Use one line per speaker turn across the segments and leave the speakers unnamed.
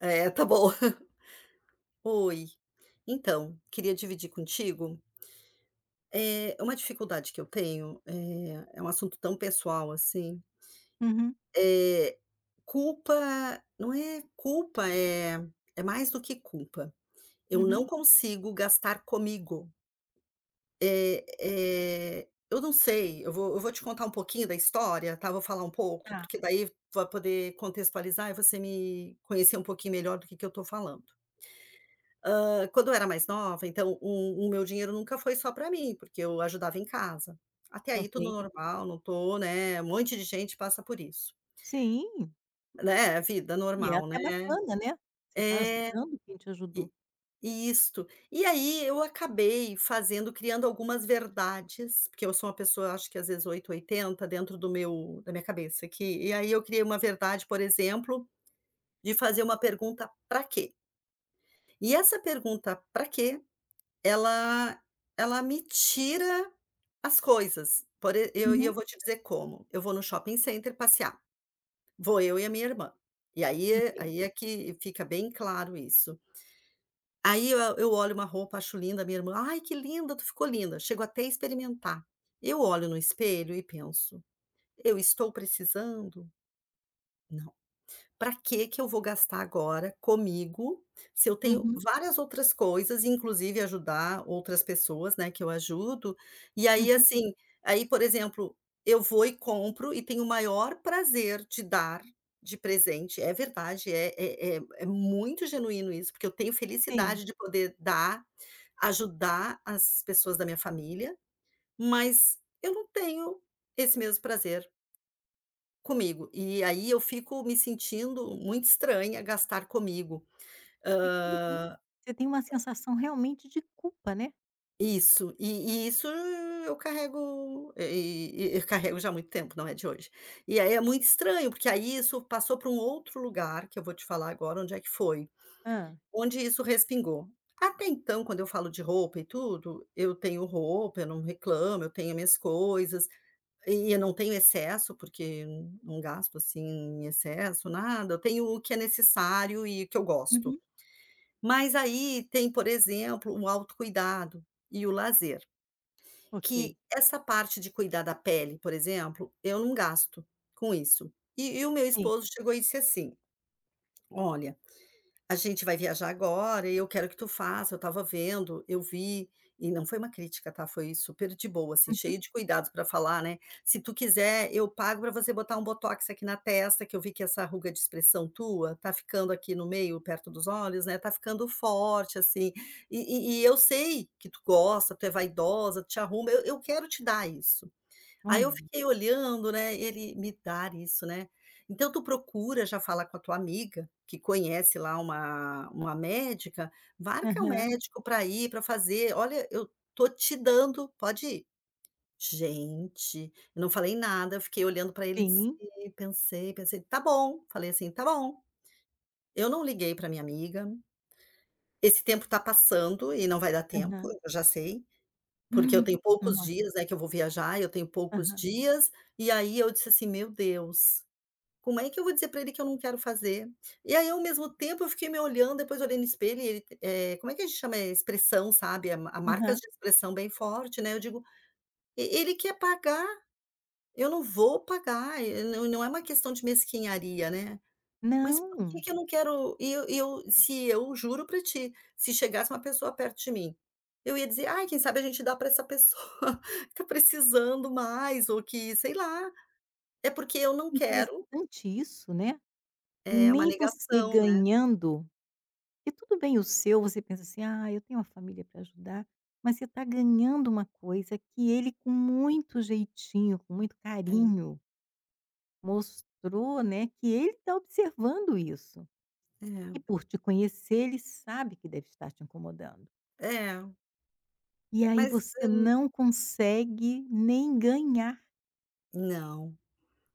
É, tá bom. Oi. Então, queria dividir contigo, é uma dificuldade que eu tenho, é um assunto tão pessoal assim,
Uhum,
é culpa não é culpa, é mais do que culpa. Eu
uhum.
não consigo gastar comigo. Eh eu não sei, eu vou te contar um pouquinho da história, tá, vou falar um pouco,
Ah,
porque daí tu vai poder contextualizar e você me conhecer um pouquinho melhor do que eu tô falando. Hã, quando eu era mais nova, então o meu dinheiro nunca foi só para mim, porque eu ajudava em casa. Até aí tudo
ok.
normal, não tô, né, um monte de gente passa por isso,
Sim,
né, vida
e é
normal, né.
até bacana, né, você está
É,
ajudando quem te ajudou.
e isto. E aí eu acabei fazendo criando algumas verdades, porque eu sou uma pessoa, acho que às vezes 8 80 dentro do meu da minha cabeça aqui, e aí eu criei uma verdade, por exemplo, de fazer uma pergunta para quê?". E essa pergunta para quê?" Ela ela me tira as coisas, por e eu
Uhum,
vou te dizer como, eu vou no shopping center passear, vou eu e a minha irmã, e
ok.
aí é que fica bem claro isso. Aí eu olho uma roupa, acho linda, minha irmã: "Ai, que linda, tu ficou linda", chego até a experimentar. Eu olho no espelho e penso: "Eu estou precisando? Não". Para que que eu vou gastar agora comigo, se eu tenho
Uhum,
várias outras coisas, inclusive ajudar outras pessoas, né, que eu ajudo. E aí,
uhum.
assim, aí, por exemplo, eu vou e compro e tenho o maior prazer de dar de presente. É verdade, é muito genuíno isso, porque eu tenho
Sim.
felicidade de poder dar, ajudar as pessoas da minha família, mas eu não tenho esse mesmo prazer. Comigo. E aí eu fico me sentindo muito estranha gastar comigo.
Que coisa, hein.
Hã,
Você tem uma sensação realmente de culpa, né.
isso. E isso eu carrego, e eu carrego já há muito tempo, não é de hoje. E aí é muito estranho, porque aí isso passou para um outro lugar, que eu vou te falar agora onde é que foi,
Hã.
onde isso respingou. Até então, quando eu falo de roupa e tudo, eu tenho roupa, eu não reclamo, eu tenho minhas coisas. E eu não tenho excesso, porque não gasto, assim, em excesso, nada. Eu tenho o que é necessário e o que eu gosto.
Uhum,
Mas aí tem, por exemplo, o autocuidado e o lazer,
ok.
que essa parte de cuidar da pele, por exemplo, eu não gasto com isso. E o meu
Sim.
esposo chegou e disse assim: "Olha, a gente vai viajar agora e eu quero que tu faça, eu estava vendo, eu vi", e não foi uma crítica, tá, foi super de boa, assim,
Uhum.
cheio de cuidados pra falar, né: "Se tu quiser, eu pago pra você botar um botox aqui na testa, que eu vi que essa ruga de expressão tua tá ficando aqui no meio, perto dos olhos, né, tá ficando forte, assim, eu sei que tu gosta, tu é vaidosa, tu te arruma, eu quero te dar isso". Aí eu
Olhe.
fiquei olhando, né, ele me dar isso, né. Então tu procura já falar com a tua amiga, que conhece lá uma médica, marca o
Aham.
médico para ir, para fazer: "Olha, eu tô te dando, pode ir". Gente, eu não falei nada, eu fiquei olhando para ele e disse
Sim.
pensei, pensei: "Tá bom", falei assim: "Tá bom". Eu não liguei para minha amiga, esse tempo tá passando e não vai dar tempo,
Aham.
eu já sei. Porque eu tenho
Hum.
poucos
Nossa.
dias, né, que eu vou viajar, eu tenho poucos
Aham,
dias, e aí eu disse assim: "Meu Deus, como é que eu vou dizer para ele que eu não quero fazer?". E aí, ao mesmo tempo, eu fiquei me olhando, depois olhei no espelho e ele, como é que a gente chama? É expressão, sabe, a marcas
aham.
de expressão bem forte, né, eu digo: "E ele quer pagar, eu não vou pagar". E não é uma questão de mesquinharia, né. Mas por que
Não,
que eu não quero e eu se eu juro pra ti, se chegasse uma pessoa perto de mim, eu ia dizer: "Ai, quem sabe a gente dá pra essa pessoa que tá precisando mais ou que sei lá". É porque eu não quero,
interessante isso, né.
é uma
Nem você
negação, né.
ganhando. E tudo bem o seu, você pensa assim: "Ah, eu tenho uma família para ajudar", mas você está ganhando uma coisa que ele com muito jeitinho, com muito carinho, mostrou, né, que ele está observando isso.
É,
E por te conhecer, ele sabe que deve estar te incomodando.
é, é,
E aí
mas
você
eh,
não consegue nem ganhar
não.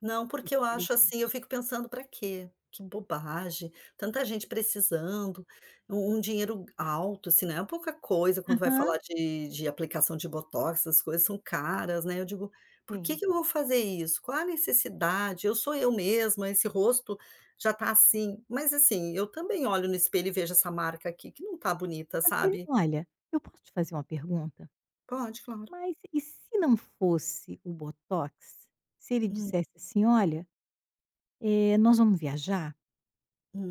Não, porque eu
esse
acho
presente.
assim, eu fico pensando: para quê? Que bobagem, tanta gente precisando, um dinheiro alto, assim, não é pouca coisa", quando vai
Aham,
falar de aplicação de botox, essas coisas são caras, né, eu digo: "Por que
sim.
que eu vou fazer isso? Qual a necessidade? Eu sou eu mesma, esse rosto já tá assim", mas assim, eu também olho no espelho e vejo essa marca aqui que não tá bonita,
Mas e
sabe.
olha, eu posso te fazer uma pergunta?
Pode, claro.
Mas e se não fosse o botox? Se ele
Hum,
dissesse assim: "Olha, nós vamos viajar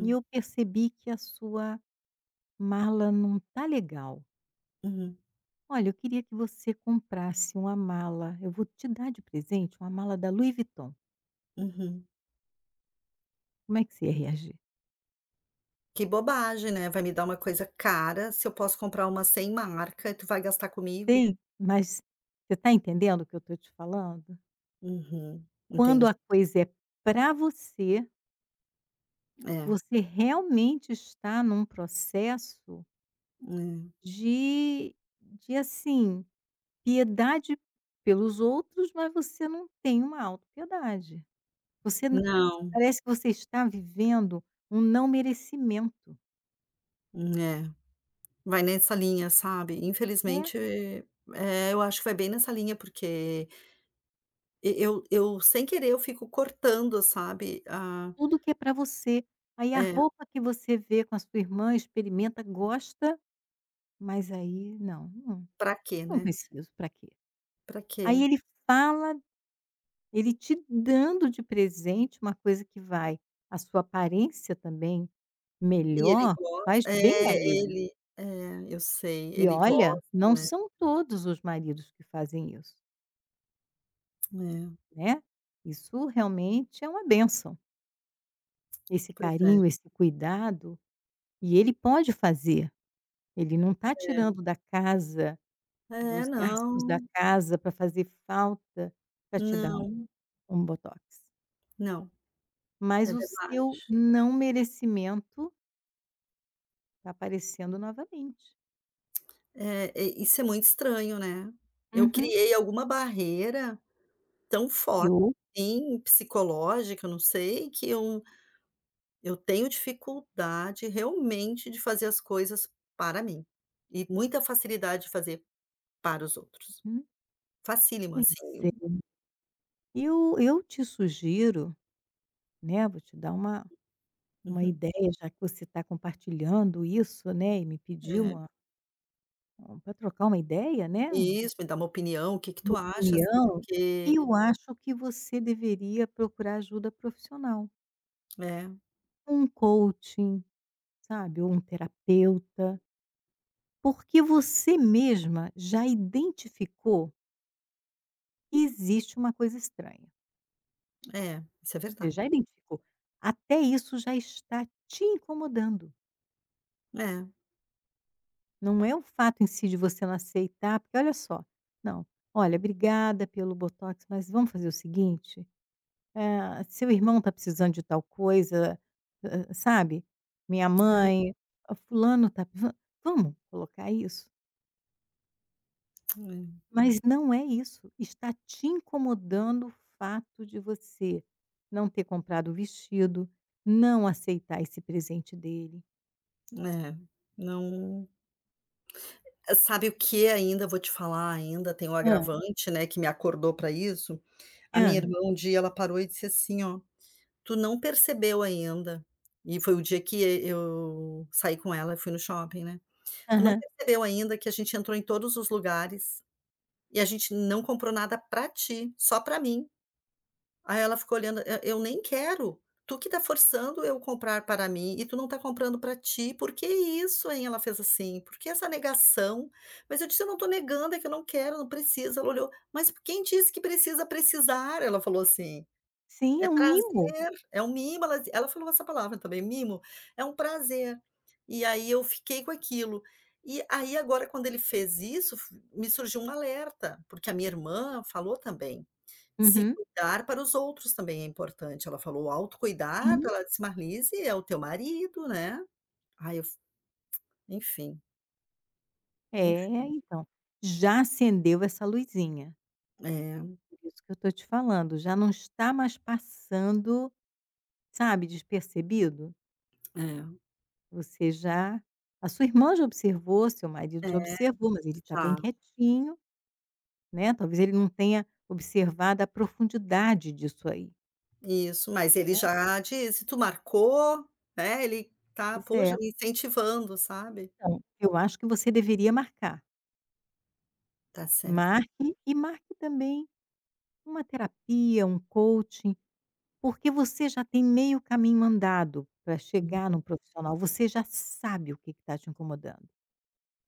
e eu percebi que a sua mala não tá legal.
uhum,
Olha, eu queria que você comprasse uma mala. Eu vou te dar de presente uma mala da Louis Vuitton.
uhum.
Como é que você ia reagir?"
Que bobagem, né, vai me dar uma coisa cara, se eu posso comprar uma sem marca e tu vai gastar comigo?
Tem, mas você está entendendo o que eu estou te falando?
Uhum,
Quando
entendi.
a coisa é para você,
É,
você realmente está num processo
é.
de de assim, piedade pelos outros, mas você não tem uma autopiedade. Você n
Não,
Parece que você está vivendo um não merecimento,
é, vai nessa linha, sabe.
né,
Infelizmente, é, eu acho que vai bem nessa linha, porque eu sem querer eu fico cortando, sabe, Ah,
tudo que é para você. Aí a
é,
roupa que você vê com a sua irmã, experimenta, gosta, mas aí não, não,
pra quê,
não
né,
preciso, para quê?
pra
Aí
quê?
ele fala, ele te dando de presente uma coisa que vai a sua aparência também
E ele
melhor, faz
gosta,
bem a
é,
ele.
ele é, eu sei,
E
ele
olha,
gosta,
não
né.
são todos os maridos que fazem isso,
É,
né. Isso realmente é uma bênção. Esse
pois é.
carinho, esse cuidado, e ele pode fazer, ele não está tirando da casa,
É,
dos gastos da
não,
casa para fazer falta para te dar um
não,
um botox,
não. É
mas o
verdade.
seu não merecimento está aparecendo novamente.
É, e isso é muito estranho, né. Eu
Uhum.
criei alguma barreira tão
E
forte,
eu,
assim, psicológica, eu não sei, que eu tenho dificuldade realmente de fazer as coisas para mim, e muita facilidade de fazer para os outros.
uhum,
Facílimo,
pois
assim.
é. Eu te sugiro, né, vou te dar uma
Uhum.
ideia, já que você está compartilhando isso, né, e me pediu
É.
uma para trocar uma ideia, né.
Isso, me dá uma opinião, o que que tu
Uma
acha, assim,
opinião,
porque
eu acho que você deveria procurar ajuda profissional.
é,
Um coaching, sabe, ou um terapeuta, porque você mesma já identificou que existe uma coisa estranha.
é, isso é
Você
verdade.
já identificou. Até isso já está te incomodando.
É, é,
Não é o fato em si de você não aceitar, porque olha só, não, olha, obrigada pelo botox, mas vamos fazer o seguinte? Eh, seu irmão está precisando de tal coisa, hã, sabe, minha mãe, ah, fulano está, vamos colocar isso, mas não é isso, está te incomodando o fato de você não ter comprado o vestido, não aceitar esse presente dele.
é, é. Não Sabe o que ainda, vou te falar ainda, tem o
Ah,
agravante, né, que me acordou para isso. A minha
ah,
irmã um dia ela parou e disse assim: "Ó, tu não percebeu ainda", e foi o dia que eu saí com ela, e fui no shopping, né. "Tu não
aham.
percebeu ainda que a gente entrou em todos os lugares e a gente não comprou nada para ti, só para mim". Aí ela ficou olhando, "E eu nem quero, tu que tá forçando eu comprar para mim e tu não tá comprando para ti, por que isso, hein?" Ela fez assim, "Por que essa negação?" Mas eu disse: "Eu não tô negando, é que eu não quero, não precisa." Ela olhou, "Mas quem disse que precisa precisar?" Ela falou assim,
Sim,
"É
é um mimo.
prazer, é um mimo", ela falou essa palavra também, mimo, é um prazer. E aí eu fiquei com aquilo. E aí agora quando ele fez isso, me surgiu um alerta, porque a minha irmã falou também. Se
Uhum.
cuidar para os outros também é importante. Ela falou: "O autocuidado",
Sim,
ela disse: "Marlise, é o teu marido, né". Ai, eu f enfim,
é,
enfim.
então, já acendeu essa luzinha,
É,
por isso que eu estou te falando, já não está mais passando. Sabe, despercebido,
é,
você já, a sua irmã já observou, seu marido já
é,
observou, mas ele está bem
já.
quietinho, né, talvez ele não tenha observado a profundidade disso aí,
Isso, mas ele
né.
já disse: "Tu marcou", né, ele tá,
Pois é.
poxa, me incentivando, sabe.
Então eu acho que você deveria marcar.
Tá certo.
Marque e marque também uma terapia, um coaching, porque você já tem meio caminho andado para chegar
Uhum.
num profissional, você já sabe o que está te incomodando.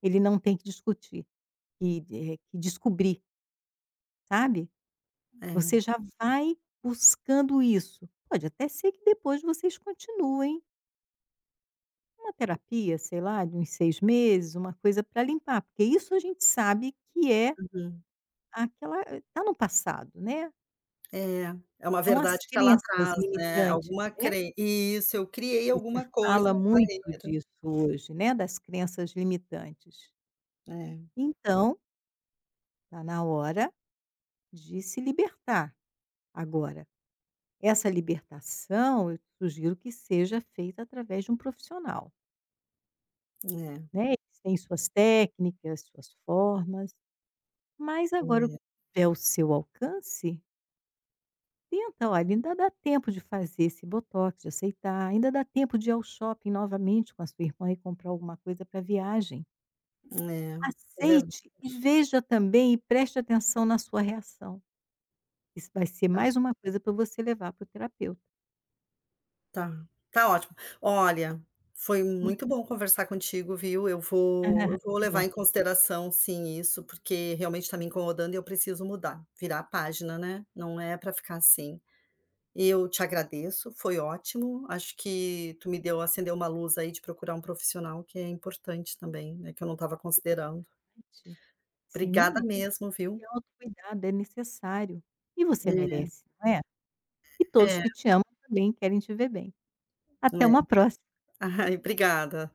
Ele não tem que discutir, que, que descobrir, sabe?
É,
Você já vai buscando isso. Pode até ser que depois vocês continuem uma terapia, sei lá, de uns 6 meses, uma coisa para limpar, porque isso a gente sabe que é
uhum.
aquela está no passado, né,
É, é uma
são as
verdade que tá lá
crenças
atrás, né,
limitantes,
alguma
né,
cren isso, eu criei
que se
alguma coisa,
fala
uma
muito
barreira.
disso hoje, né, das crenças limitantes.
É,
Então, está na hora de se libertar. Agora, essa libertação eu sugiro que seja feita através de um profissional.
é,
Né, eles têm suas técnicas, suas formas, mas agora o que
é,
tiver ao seu alcance, tenta, olha, ainda dá tempo de fazer esse botox, de aceitar, ainda dá tempo de ir ao shopping novamente com a sua irmã e comprar alguma coisa para viagem.
é, é verdade.
Aceite e veja também e preste atenção na sua reação. Isso vai ser mais uma coisa para você levar para o terapeuta.
Tá, tá ótimo. Olha, foi muito bom conversar contigo, viu. Eu vou eu vou
Que
levar
bom
em
que você
consideração sim isso, porque realmente está me incomodando e eu preciso mudar, virar a página, né, não é para ficar assim. Eu te agradeço, foi ótimo, acho que tu me deu acendeu uma luz aí de procurar um profissional que é importante também, né, que eu não estava considerando.
refletir. Sim,
Obrigada
é
mesmo, viu.
é autocuidado, é necessário. E você
É,
merece, não é? E
é,
todos
é.
que te amam também querem te ver bem. Até uma próxima.
Ai, obrigada.